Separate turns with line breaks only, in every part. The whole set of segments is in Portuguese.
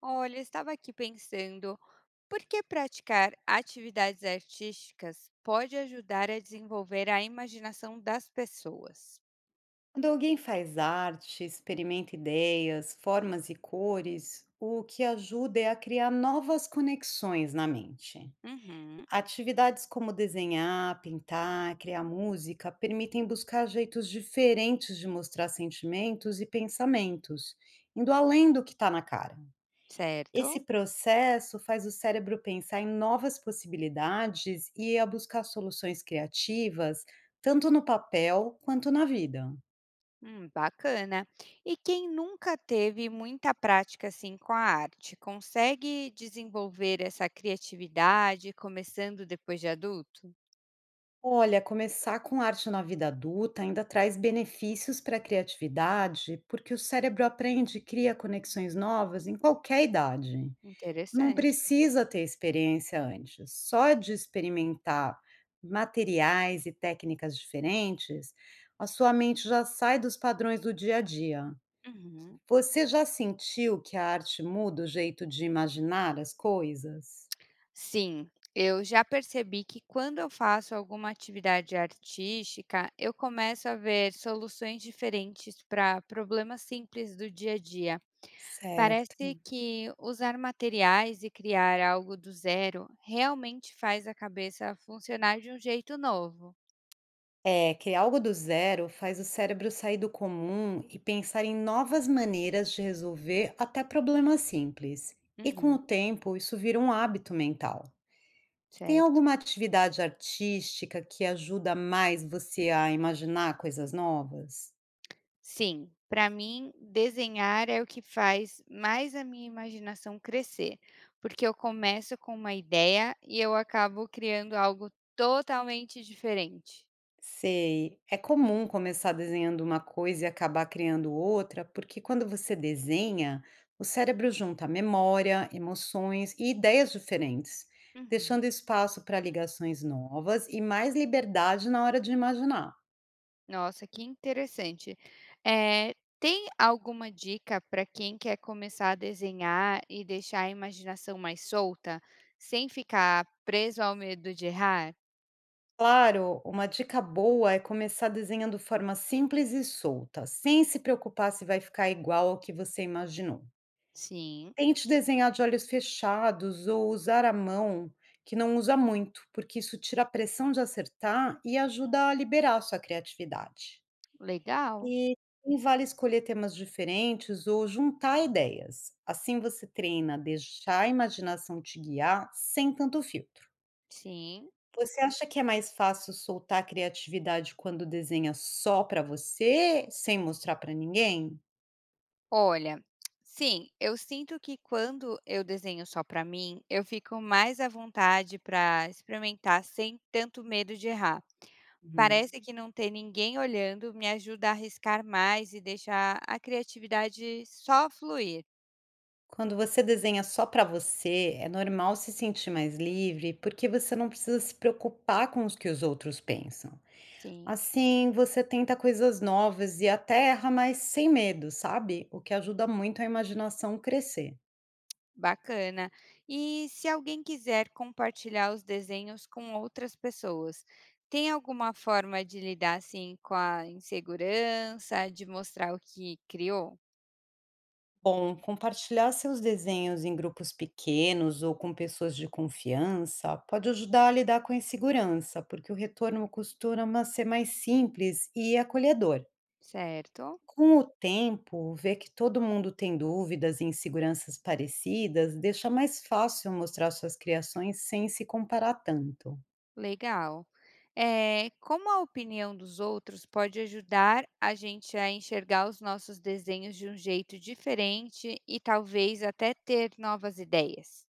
Olha, eu estava aqui pensando, por que praticar atividades artísticas pode ajudar a desenvolver a imaginação das pessoas?
Quando alguém faz arte, experimenta ideias, formas e cores, o que ajuda é a criar novas conexões na mente.
Uhum,
Atividades como desenhar, pintar, criar música permitem buscar jeitos diferentes de mostrar sentimentos e pensamentos, indo além do que está na cara. Esse
certo?
processo faz o cérebro pensar em novas possibilidades e a buscar soluções criativas, tanto no papel quanto na vida.
Bacana. E quem nunca teve muita prática assim com a arte, consegue desenvolver essa criatividade começando depois de adulto?
Olha, começar com arte na vida adulta ainda traz benefícios para a criatividade, porque o cérebro aprende e cria conexões novas em qualquer idade. Não
Interessante.
precisa ter experiência antes. Só de experimentar materiais e técnicas diferentes, a sua mente já sai dos padrões do dia a dia.
Uhum.
Você já sentiu que a arte muda o jeito de imaginar as coisas?
Sim, eu já percebi que quando eu faço alguma atividade artística, eu começo a ver soluções diferentes para problemas simples do dia a dia.
Certo.
Parece que usar materiais e criar algo do zero realmente faz a cabeça funcionar de um jeito novo.
É, criar algo do zero faz o cérebro sair do comum e pensar em novas maneiras de resolver até problemas simples. E com
Uhum,
o tempo, isso vira um hábito mental. Tem
certo.
alguma atividade artística que ajuda mais você a imaginar coisas novas?
Sim, para mim desenhar é o que faz mais a minha imaginação crescer, porque eu começo com uma ideia e eu acabo criando algo totalmente diferente.
Sei. É comum começar desenhando uma coisa e acabar criando outra, porque quando você desenha, o cérebro junta memória, emoções e ideias diferentes,
Uhum.
deixando espaço para ligações novas e mais liberdade na hora de imaginar.
Nossa, que interessante. Eh, Tem alguma dica para quem quer começar a desenhar e deixar a imaginação mais solta, sem ficar preso ao medo de errar?
Claro, uma dica boa é começar desenhando forma simples e solta, sem se preocupar se vai ficar igual ao que você imaginou.
Sim,
Tente desenhar de olhos fechados ou usar a mão, que não usa muito, porque isso tira a pressão de acertar e ajuda a liberar sua criatividade.
legal.
E também vale escolher temas diferentes ou juntar ideias. Assim você treina a deixar a imaginação te guiar sem tanto filtro.
Sim.
Você acha que é mais fácil soltar a criatividade quando desenha só para você, sem mostrar para ninguém?
Olha, sim, eu sinto que quando eu desenho só para mim, eu fico mais à vontade para experimentar sem tanto medo de errar.
Uhum.
Parece que não ter ninguém olhando me ajuda a arriscar mais e deixar a criatividade só fluir.
Quando você desenha só para você, é normal se sentir mais livre, porque você não precisa se preocupar com os que os outros pensam.
Sim,
Assim, você tenta coisas novas e até erra, mas sem medo, sabe? O que ajuda muito a imaginação crescer.
bacana. E se alguém quiser compartilhar os desenhos com outras pessoas, tem alguma forma de lidar assim com a insegurança, de mostrar o que criou?
Bom, compartilhar seus desenhos em grupos pequenos ou com pessoas de confiança pode ajudar a lidar com a insegurança, porque o retorno costuma ser mais simples e acolhedor.
Certo?
Com o tempo, ver que todo mundo tem dúvidas e inseguranças parecidas deixa mais fácil mostrar suas criações sem se comparar tanto.
Legal. É como a opinião dos outros pode ajudar a gente a enxergar os nossos desenhos de um jeito diferente e talvez até ter novas ideias?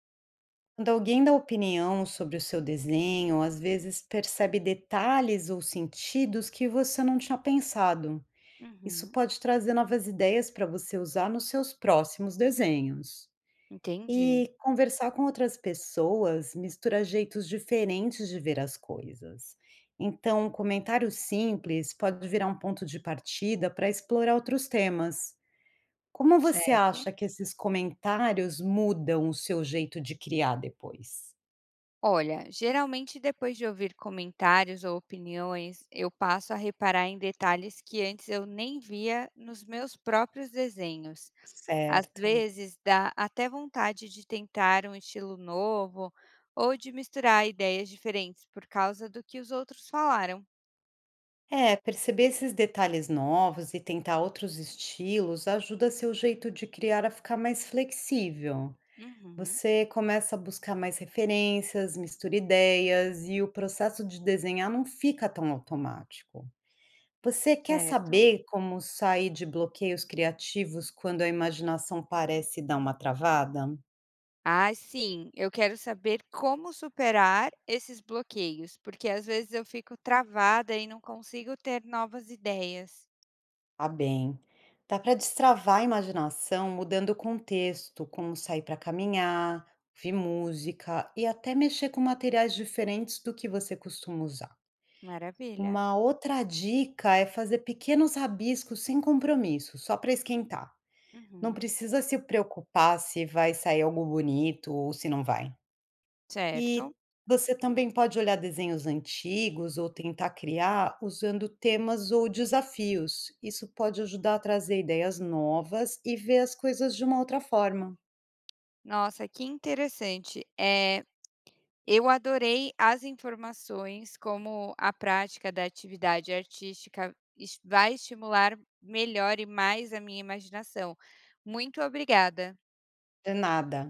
Quando alguém dá opinião sobre o seu desenho, às vezes percebe detalhes ou sentidos que você não tinha pensado. Isso
Uhum,
pode trazer novas ideias para você usar nos seus próximos desenhos.
entendi,
E conversar com outras pessoas mistura jeitos diferentes de ver as coisas. Então, um comentário simples pode virar um ponto de partida para explorar outros temas. Como você
certo.
acha que esses comentários mudam o seu jeito de criar depois?
Olha, geralmente depois de ouvir comentários ou opiniões, eu passo a reparar em detalhes que antes eu nem via nos meus próprios desenhos. Às
Certo.
vezes dá até vontade de tentar um estilo novo ou de misturar ideias diferentes por causa do que os outros falaram.
É, perceber esses detalhes novos e tentar outros estilos ajuda seu jeito de criar a ficar mais flexível.
Uhum.
Você começa a buscar mais referências, mistura ideias e o processo de desenhar não fica tão automático. Você quer
Certo.
saber como sair de bloqueios criativos quando a imaginação parece dar uma travada?
Ah, sim, eu quero saber como superar esses bloqueios, porque às vezes eu fico travada e não consigo ter novas ideias.
Tá bem. Dá para destravar a imaginação mudando o contexto, como sair para caminhar, ouvir música e até mexer com materiais diferentes do que você costuma usar.
Maravilha.
Uma outra dica é fazer pequenos rabiscos sem compromisso, só para esquentar. Não
Uhum.
precisa se preocupar se vai sair algo bonito ou se não vai.
Certo.
E você também pode olhar desenhos antigos ou tentar criar usando temas ou desafios. Isso pode ajudar a trazer ideias novas e ver as coisas de uma outra forma.
Nossa, que interessante. Eu adorei as informações, como a prática da atividade artística es vai estimular melhor e mais a minha imaginação. Muito obrigada.
De nada.